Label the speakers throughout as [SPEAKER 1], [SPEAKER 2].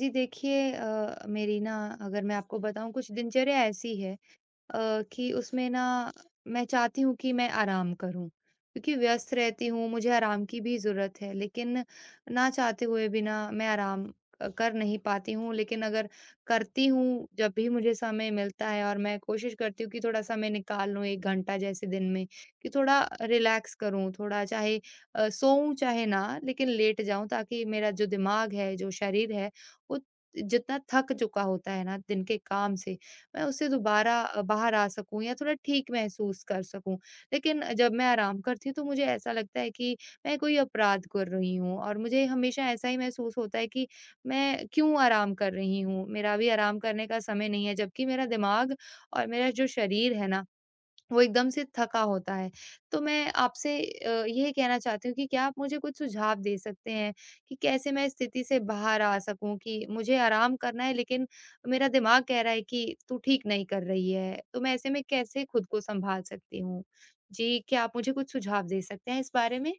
[SPEAKER 1] जी देखिए मेरी ना अगर मैं आपको बताऊँ कुछ दिनचर्या ऐसी है कि उसमें ना मैं चाहती हूँ कि मैं आराम करूँ, क्योंकि व्यस्त रहती हूँ, मुझे आराम की भी ज़रूरत है। लेकिन ना चाहते हुए भी ना मैं आराम कर नहीं पाती हूँ, लेकिन अगर करती हूँ, जब भी मुझे समय मिलता है और मैं कोशिश करती हूँ कि थोड़ा-सा मैं निकाल लूँ 1 घंटा जैसे दिन में, कि थोड़ा रिलैक्स करूँ, थोड़ा चाहे सोऊँ चाहे ना, लेकिन लेट जाऊँ ताकि मेरा जो दिमाग है, जो शरीर है, वो जितना थक चुका होता है ना दिन के काम से, मैं उससे दोबारा बाहर आ सकूँ या थोड़ा ठीक महसूस कर सकूँ। लेकिन जब मैं आराम करती हूँ, तो मुझे ऐसा लगता है कि मैं कोई अपराध कर रही हूँ और मुझे हमेशा ऐसा ही महसूस होता है कि मैं क्यों आराम कर रही हूँ? मेरा अभी आराम करने का समय नहीं है, जबकि मेरा दिमाग और मेरा जो शरीर है ना वो एकदम से थका होता है। तो मैं आपसे ये कहना चाहती हूँ कि क्या आप मुझे कुछ सुझाव दे सकते हैं कि कैसे मैं इस स्थिति से बाहर आ सकूँ कि मुझे आराम करना है लेकिन मेरा दिमाग कह रहा है कि तू ठीक नहीं कर रही है। तो मैं ऐसे में कैसे खुद को सँभाल सकती हूँ? जी, क्या आप मुझे कुछ सुझाव दे सकते हैं इस बारे में?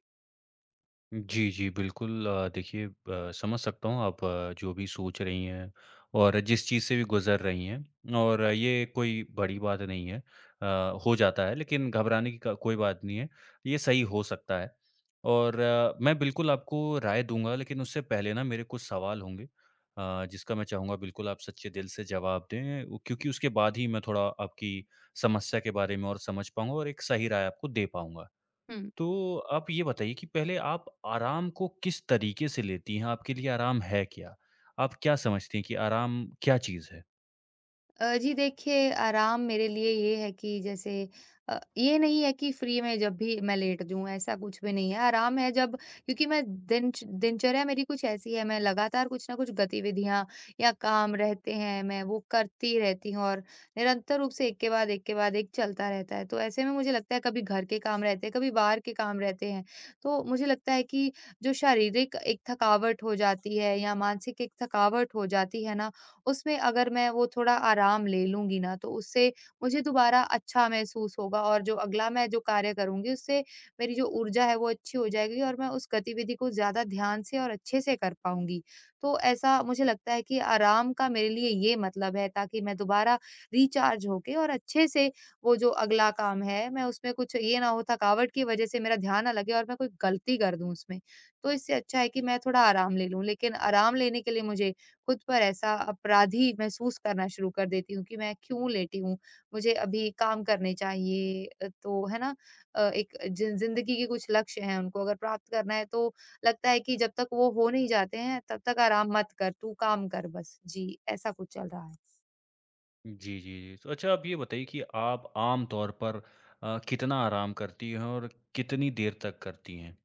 [SPEAKER 2] जी, जी, बिल्कुल देखिए, समझ सकता हूँ आप जो भी सोच रही हैं और जिस चीज़ से भी गुज़र रही हैं और ये कोई बड़ी बात नहीं है। हो जाता है लेकिन घबराने की क कोई बात नहीं है, ये सही हो सकता है। और मैं बिल्कुल आपको राय दूँगा लेकिन उससे पहले ना मेरे कुछ सवाल होंगे, जिसका मैं चाहूँगा बिल्कुल आप सच्चे दिल से जवाब दें उ क्योंकि उसके बाद ही मैं थोड़ा आपकी समस्या के बारे में और समझ पाऊँगा और एक सही राय आपको दे पाऊँगा।
[SPEAKER 1] हुँ।
[SPEAKER 2] तो आप ये बताइए कि पहले आप आराम को किस तरीके से लेती हैं? आपके लिए आराम है क्या? आप क्या समझती हैं कि आराम क्या चीज़ है?
[SPEAKER 1] जी देखिए, आराम मेरे लिए ये है कि जैसे ये नहीं है कि फ्री में जब भी मैं लेट जाऊँ, ऐसा कुछ भी नहीं है। आराम है जब क्योंकि मैं दिनचर्या मेरी कुछ ऐसी है, मैं लगातार कुछ न कुछ गतिविधियाँ या काम रहते हैं, मैं वो करती रहती हूँ और निरंतर रूप से एक के बाद एक के बाद एक चलता रहता है। तो ऐसे में मुझे लगता है कभी घर के काम रहते हैं, कभी बाहर के काम रहते हैं। तो मुझे लगता है कि जो शारीरिक एक थकावट हो जाती है या मानसिक एक थकावट हो जाती है ना, उसमें अगर मैं वो थोड़ा आराम ले लूँगी ना, तो उससे मुझे दोबारा अच्छा महसूस होगा और जो अगला मैं जो कार्य करूँगी, उससे मेरी जो ऊर्जा है, वो अच्छी हो जाएगी और मैं उस गतिविधि को ज़्यादा ध्यान से और अच्छे से कर पाऊँगी। तो ऐसा मुझे लगता है कि आराम का मेरे लिए ये मतलब है, ताकि मैं दोबारा रिचार्ज होके और अच्छे से वो जो अगला काम है, मैं उसमें कुछ ये ना हो, थकावट की वजह से मेरा ध्यान ना लगे और मैं कोई गलती कर दूँ उसमें। तो इससे अच्छा है कि मैं थोड़ा आराम ले लूँ, लेकिन आराम लेने के लिए मुझे खुद पर ऐसा अपराधी महसूस करना शुरू कर देती हूँ कि मैं क्यों लेटी हूँ, मुझे अभी काम करने चाहिए। तो है ना? एक जिन ज़िंदगी के कुछ लक्ष्य हैं, उनको अगर प्राप्त करना है तो लगता है कि जब तक वो हो नहीं जाते हैं, तब तक आराम मत कर, तू काम कर बस। जी, ऐसा कुछ चल रहा है।
[SPEAKER 2] जी, जी, जी। तो अच्छा आप ये बताइए कि आप आम तौर पर कितना आराम करती हैं और कितनी देर तक करती हैं?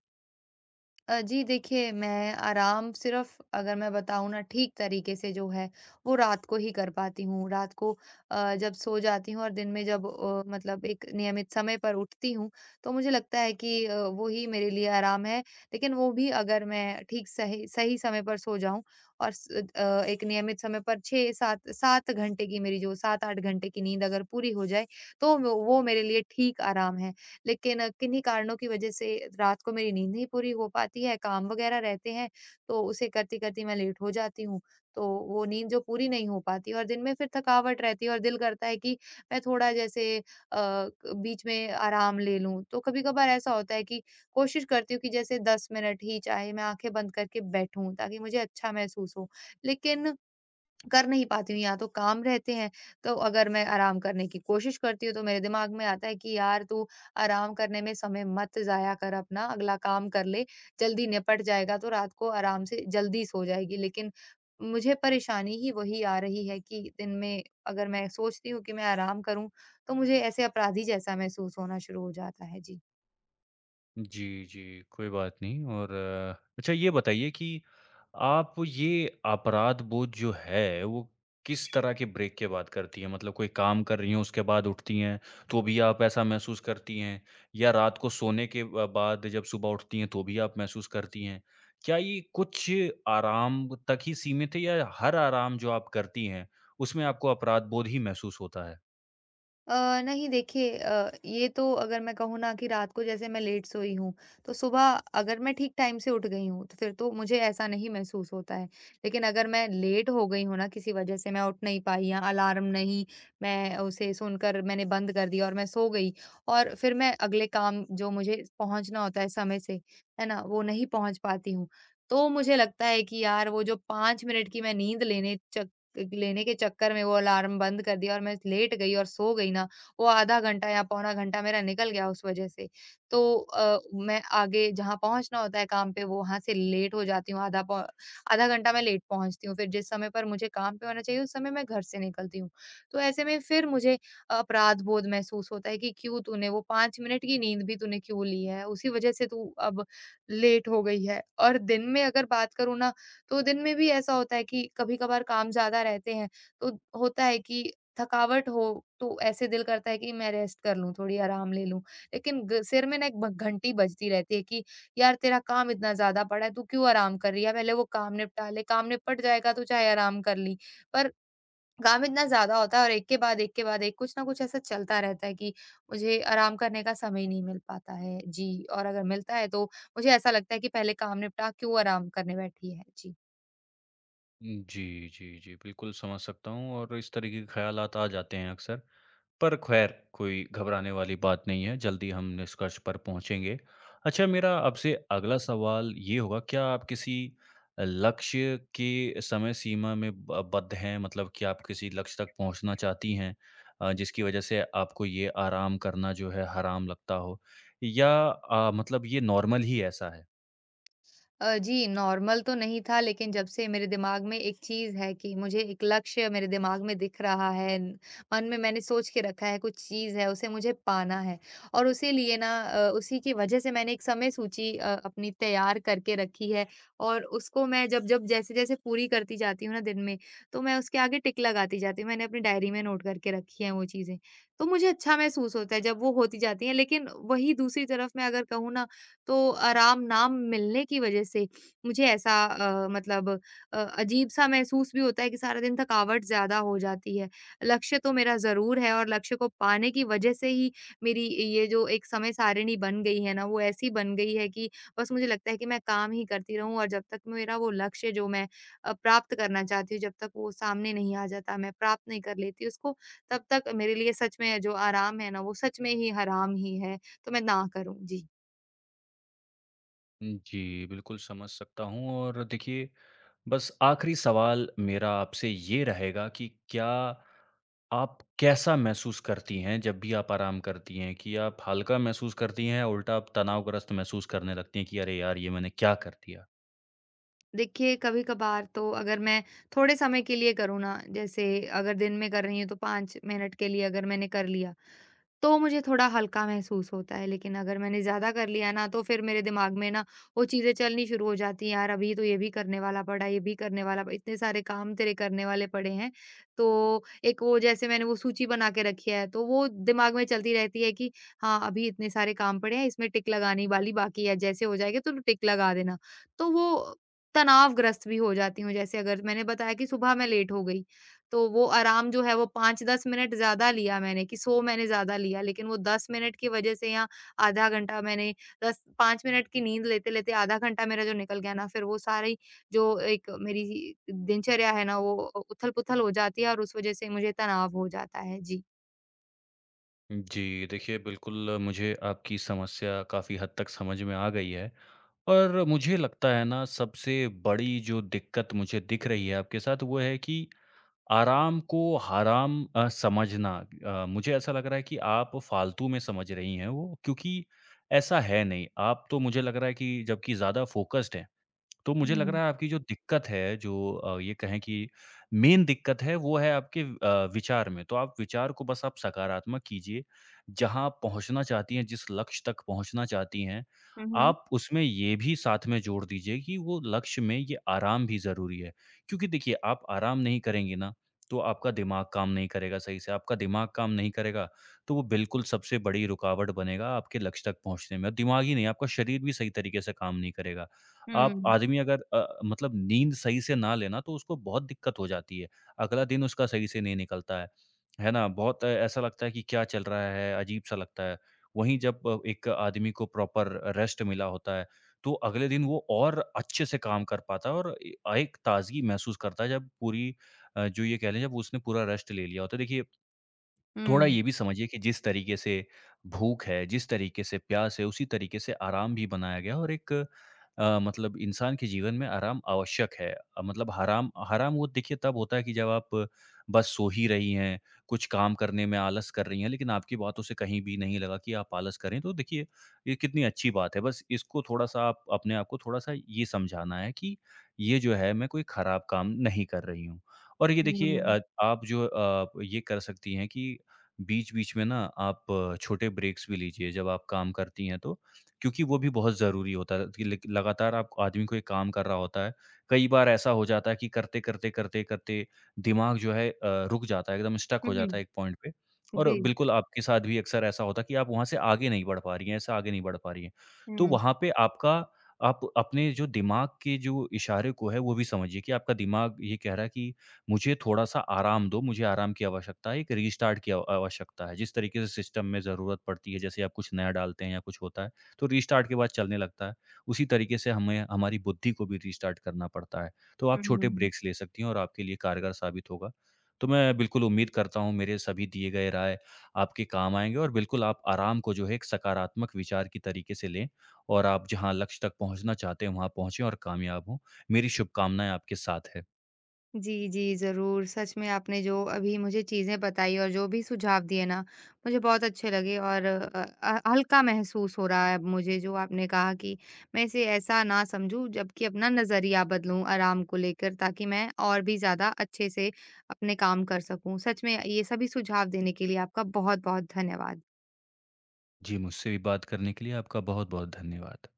[SPEAKER 1] जी देखिए, मैं आराम सिर्फ़ अगर मैं बताऊँ ना ठीक तरीके से जो है, वो रात को ही कर पाती हूँ। रात को जब सो जाती हूँ और दिन में जब मतलब एक नियमित समय पर उठती हूँ, तो मुझे लगता है कि वो ही मेरे लिए आराम है। लेकिन वो भी अगर मैं ठीक सही सही समय पर सो जाऊँ और एक नियमित समय पर 6-7 7 घंटे की मेरी जो 7-8 घंटे की नींद अगर पूरी हो जाए, तो वो मेरे लिए ठीक आराम है। लेकिन किन्हीं कारणों की वजह से रात को मेरी नींद नहीं पूरी हो पाती है, काम वगैरह रहते हैं, तो उसे करती-करती मैं लेट हो जाती हूँ। तो वो नींद जो पूरी नहीं हो पाती और दिन में फिर थकावट रहती है और दिल करता है कि मैं थोड़ा जैसे क बीच में आराम ले लूँ। तो कभी-कभार ऐसा होता है कि कोशिश करती हूँ कि जैसे 10 मिनट ही चाहे मैं आँखें बंद करके बैठूँ ताकि मुझे अच्छा महसूस हो। लेकिन कर नहीं पाती हूँ, या तो काम रहते हैं, तो अगर मैं आराम करने की कोशिश करती हूँ, तो मेरे दिमाग में आता है कि यार तू आराम करने में समय मत ज़ाया कर अपना, अगला काम कर ले, जल्दी निपट जाएगा तो रात को आराम से जल्दी सो जाएगी। लेकिन मुझे परेशानी ही वही आ रही है कि दिन में अगर मैं सोचती हूँ कि मैं आराम करूँ, तो मुझे ऐसे अपराधी जैसा महसूस होना शुरू हो जाता है। जी।
[SPEAKER 2] जी, जी, कोई बात नहीं। और अच्छा ये बताइए कि आप ये अपराध बोध जो है, वो किस तरह के ब्रेक के बाद करती हैं? मतलब कोई काम कर रही हैं, उसके बाद उठती हैं, तो भी आप ऐसा महसूस करती हैं? या रात को सोने के ब बाद जब सुबह उठती हैं, तो भी आप महसूस करती हैं? क्या ये कुछ आराम तक ही सीमित है या हर आराम जो आप करती हैं, उसमें आपको अपराध बोध ही महसूस होता है?
[SPEAKER 1] नहीं देखिए ये तो अगर मैं कहूँ ना कि रात को जैसे मैं लेट सोई हूँ, तो सुबह अगर मैं ठीक टाइम से उठ गई हूँ, तो फिर तो मुझे ऐसा नहीं महसूस होता है। लेकिन अगर मैं लेट हो गई हूँ ना किसी वजह से मैं उठ नहीं पाई या अलार्म नहीं मैं उसे सुनकर मैंने बंद कर दिया और मैं सो गई और फिर मैं अगले काम जो मुझे पहुँचना होता है समय से, है ना? वो नहीं पहुँच पाती हूँ। तो मुझे लगता है कि यार वो जो 5 मिनट की मैं नींद लेने च लेने के चक्कर में वो अलार्म बंद कर दिया और मैं लेट गई और सो गई ना, वो आधा घंटा या पौना घंटा मेरा निकल गया उस वजह से। तो मैं आगे जहाँ पहुँचना होता है काम पे, वो वहाँ से लेट हो जाती हूँ, आधा घंटा मैं लेट पहुँचती हूँ। फिर जिस समय पर मुझे काम पे होना चाहिए, उस समय मैं घर से निकलती हूँ। तो ऐसे में फिर मुझे अपराध बोध महसूस होता है कि क्यों तूने वो 5 मिनट की नींद भी तूने क्यों ली है? उसी वजह से तू अब लेट हो गई है। और दिन में अगर बात करूँ ना तो दिन में भी ऐसा होता है कि कभी-कभार काम ज़्यादा रहते हैं, तो होता है कि थकावट हो, तो ऐसे दिल करता है कि मैं रेस्ट कर लूँ, थोड़ी आराम ले लूँ। लेकिन ग सिर में ना एक ब घंटी बजती रहती है कि यार तेरा काम इतना ज़्यादा पड़ा है, तू क्यों आराम कर रही है? पहले वो काम निपटा ले, काम निपट जाएगा तो चाहे आराम कर ली। पर काम इतना ज़्यादा होता है और एक के बाद एक के बाद एक कुछ ना कुछ ऐसा चलता रहता है कि मुझे आराम करने का समय नहीं मिल पाता है। जी, और अगर मिलता है तो मुझे ऐसा लगता है कि पहले काम निपटा, क्यों आराम करने बैठी है? जी।
[SPEAKER 2] जी, जी, जी। बिल्कुल समझ सकता हूँ और इस तरीके के ख़्यालात आ जाते हैं अक्सर। पर ख़ैर कोई घबराने वाली बात नहीं है, जल्दी हम निष्कर्ष पर पहुँचेंगे। अच्छा मेरा आपसे अगला सवाल ये होगा, क्या आप किसी लक्ष्य के समय सीमा में ब बद्ध हैं? मतलब कि आप किसी लक्ष्य तक पहुँचना चाहती हैं जिसकी वज़ह से आपको ये आराम करना जो है हराम लगता हो या मतलब ये नॉर्मल ही ऐसा है?
[SPEAKER 1] जी, नॉर्मल तो नहीं था लेकिन जब से मेरे दिमाग में एक चीज़ है कि मुझे एक लक्ष्य मेरे दिमाग में दिख रहा है, मन में मैंने सोच के रखा है, कुछ चीज़ है उसे मुझे पाना है और उसी लिए ना उसी की वजह से मैंने एक समय सूची अपनी तैयार करके रखी है और उसको मैं जब-जब, जैसे-जैसे पूरी करती जाती हूँ ना दिन में, तो मैं उसके आगे टिक लगाती जाती हूँ। मैंने अपनी डायरी में नोट करके रखी हैं वो चीज़ें। तो मुझे अच्छा महसूस होता है जब वो होती जाती हैं लेकिन वही दूसरी तरफ मैं अगर कहूँ ना तो आराम ना मिलने की वजह से मुझे ऐसा मतलब अजीब-सा महसूस भी होता है कि सारा दिन थकावट ज़्यादा हो जाती है। लक्ष्य तो मेरा ज़रूर है और लक्ष्य को पाने की वजह से ही मेरी ये जो एक समय सारिणी बन गई है ना, वो ऐसी बन गई है कि बस मुझे लगता है कि मैं काम ही करती रहूँ और जब तक मेरा वो लक्ष्य जो मैं प्राप्त करना चाहती हूँ, जब तक वो सामने नहीं आ जाता, मैं प्राप्त नहीं कर लेती उसको, तब तक मेरे लिए सच में जो आराम है ना, वो सच में ही हराम ही है। तो मैं ना करूँ। जी।
[SPEAKER 2] जी, बिल्कुल समझ सकता हूँ और देखिए, बस आखिरी सवाल मेरा आपसे ये रहेगा कि क्या आप कैसा महसूस करती हैं जब भी आप आराम करती हैं? कि आप हल्का महसूस करती हैं या उल्टा आप तनावग्रस्त महसूस करने लगती हैं कि अरे यार! ये मैंने क्या कर दिया?
[SPEAKER 1] देखिए, कभी-कभार तो अगर मैं थोड़े समय के लिए करूँ ना, जैसे अगर दिन में कर रही हूँ तो 5 मिनट के लिए अगर मैंने कर लिया, तो मुझे थोड़ा हल्का महसूस होता है, लेकिन अगर मैंने ज़्यादा कर लिया ना तो फिर मेरे दिमाग में ना वो चीज़ें चलनी शुरू हो जाती हैं, यार अभी तो ये भी करने वाला पड़ा, ये भी करने वाला प इतने सारे काम तेरे करने वाले पड़े हैं। तो एक वो जैसे मैंने वो सूची बना के रखी है, तो वो दिमाग में चलती रहती है कि हाँ, अभी इतने सारे काम पड़े हैं, इसमें टिक लगाने वाली बाकी है, जैसे हो जाएगा तो टिक लगा देना। तो वो तनावग्रस्त भी हो जाती हूँ, जैसे अगर मैंने बताया कि सुबह मैं लेट हो गई, तो वो आराम जो है वो 5-10 मिनट ज़्यादा लिया मैंने कि सो मैंने ज़्यादा लिया लेकिन वो 10 मिनट की वज़ह से या आधा घंटा मैंने 10 5 मिनट की नींद लेते-लेते आधा घंटा मेरा जो निकल गया ना, फिर वो सारी जो एक मेरी दिनचर्या है ना, वो उ उथल-पुथल हो जाती है और उस वज़ह से मुझे तनाव हो जाता है। जी।
[SPEAKER 2] जी, देखिए, बिल्कुल मुझे आपकी समस्या काफ़ी हद तक समझ में आ गई है। और मुझे लगता है ना सबसे बड़ी जो दिक्कत मुझे दिख रही है आपके साथ वो है कि आराम को हराम समझना। मुझे ऐसा लग रहा है कि आप फालतू में समझ रही हैं वो, क्योंकि ऐसा है नहीं। आप तो मुझे लग रहा है कि जबकि ज़्यादा फ़ोकस्ड हैं। तो मुझे लग
[SPEAKER 1] हुँ।
[SPEAKER 2] रहा है आपकी जो दिक्कत है, जो ये कहें कि मेन दिक्कत है, वो है आपके विचार में। तो आप विचार को बस आप सकारात्मक कीजिए। जहाँ आप पहुँचना चाहती हैं, जिस लक्ष्य तक पहुँचना चाहती हैं,
[SPEAKER 1] हुँ, हुँ।
[SPEAKER 2] आप उसमें ये भी साथ में जोड़ दीजिए कि वो लक्ष्य में ये आराम भी ज़रूरी है। क्योंकि देखिए, आप आराम नहीं करेंगी ना, तो आपका दिमाग काम नहीं करेगा सही से। आपका दिमाग काम नहीं करेगा, तो वो बिल्कुल सबसे बड़ी रुकावट बनेगा आपके लक्ष्य तक पहुँचने में। और दिमाग ही नहीं, आपका शरीर भी सही तरीके से काम नहीं करेगा।
[SPEAKER 1] हुँ,
[SPEAKER 2] आप
[SPEAKER 1] हुँ,
[SPEAKER 2] आदमी अगर मतलब नींद सही से ना लेना तो उसको बहुत दिक्कत हो जाती है। अगला दिन उसका सही से नहीं निकलता है। है ना? बहुत ऐसा लगता है कि क्या चल रहा है, अजीब-सा लगता है। वहीं जब एक आदमी को प्रॉपर रेस्ट मिला होता है, तो अगले दिन वो और अच्छे से काम कर पाता है और एक ताज़गी महसूस करता है जब पूरी जो ये कह लें जब उसने पूरा रेस्ट ले लिया होता है। देखिए, थोड़ा ये भी समझिए कि जिस तरीके से भूख है, जिस तरीके से प्यास है, उसी तरीके से आराम भी बनाया गया है और एक मतलब इंसान के जीवन में आराम आवश्यक है। मतलब हराम हराम वो देखिए तब होता है कि जब आप बस सो ही रही हैं, कुछ काम करने में आलस कर रही हैं, लेकिन आपकी बातों से कहीं भी नहीं लगा कि आप आलस करें। तो देखिए, ये कितनी अच्छी बात है। बस इसको थोड़ा-सा आप अपने आप को थोड़ा-सा ये समझाना है कि ये जो है मैं कोई खराब काम नहीं कर रही हूँ। और ये देखिए,
[SPEAKER 1] हुँ,
[SPEAKER 2] आप जो ये कर सकती हैं कि बीच-बीच में ना आप छोटे ब्रेक्स भी लीजिए जब आप काम करती हैं तो, क्योंकि वो भी बहुत ज़रूरी होता है कि लेक लगातार आप आदमी कोई काम कर रहा होता है। कई बार ऐसा हो जाता है कि करते दिमाग जो है रुक जाता है, एकदम स्टक हो
[SPEAKER 1] हुँ,
[SPEAKER 2] जाता है एक पॉइंट पे और
[SPEAKER 1] जी।
[SPEAKER 2] बिल्कुल आपके साथ भी अक्सर ऐसा होता है कि आप वहाँ से आगे नहीं बढ़ पा रही हैं, ऐसे आगे नहीं बढ़ पा रही हैं। तो
[SPEAKER 1] हुँ,
[SPEAKER 2] वहाँ पे आपका आप अपने जो दिमाग के जो इशारे को है वो भी समझिए कि आपका दिमाग ये कह रहा है कि मुझे थोड़ा-सा आराम दो, मुझे आराम की आवश्यकता है, एक रीस्टार्ट की आव आवश्यकता है। जिस तरीके से सिस्टम में ज़रूरत पड़ती है, जैसे आप कुछ नया डालते हैं या कुछ होता है, तो रीस्टार्ट के बाद चलने लगता है। उसी तरीके से हमें हमारी बुद्धि को भी रीस्टार्ट करना पड़ता है। तो आप छोटे
[SPEAKER 1] हुँ।
[SPEAKER 2] ब्रेक्स ले सकती हैं और आपके लिए कारगर साबित होगा। तो मैं बिल्कुल उम्मीद करता हूँ मेरे सभी दिए गए राय आपके काम आएँगे और बिल्कुल आप आराम को जो है एक सकारात्मक विचार की तरीके से लें और आप जहाँ लक्ष्य तक पहुँचना चाहते हैं, वहाँ पहुँचे और कामयाब हों। मेरी शुभकामनाएँ आपके साथ है।
[SPEAKER 1] जी, जी, ज़रूर। सच में आपने जो अभी मुझे चीज़ें बताई और जो भी सुझाव दिए ना, मुझे बहुत अच्छे लगे और हल्का महसूस हो रहा है अब मुझे जो आपने कहा कि मैं इसे ऐसा ना समझूँ जबकि अपना नज़रिया बदलूँ आराम को लेकर ताकि मैं और भी ज़्यादा अच्छे से अपने काम कर सकूँ। सच में ये सभी सुझाव देने के लिए आपका बहुत-बहुत धन्यवाद।
[SPEAKER 2] जी, मुझसे भी बात करने के लिए आपका बहुत-बहुत धन्यवाद।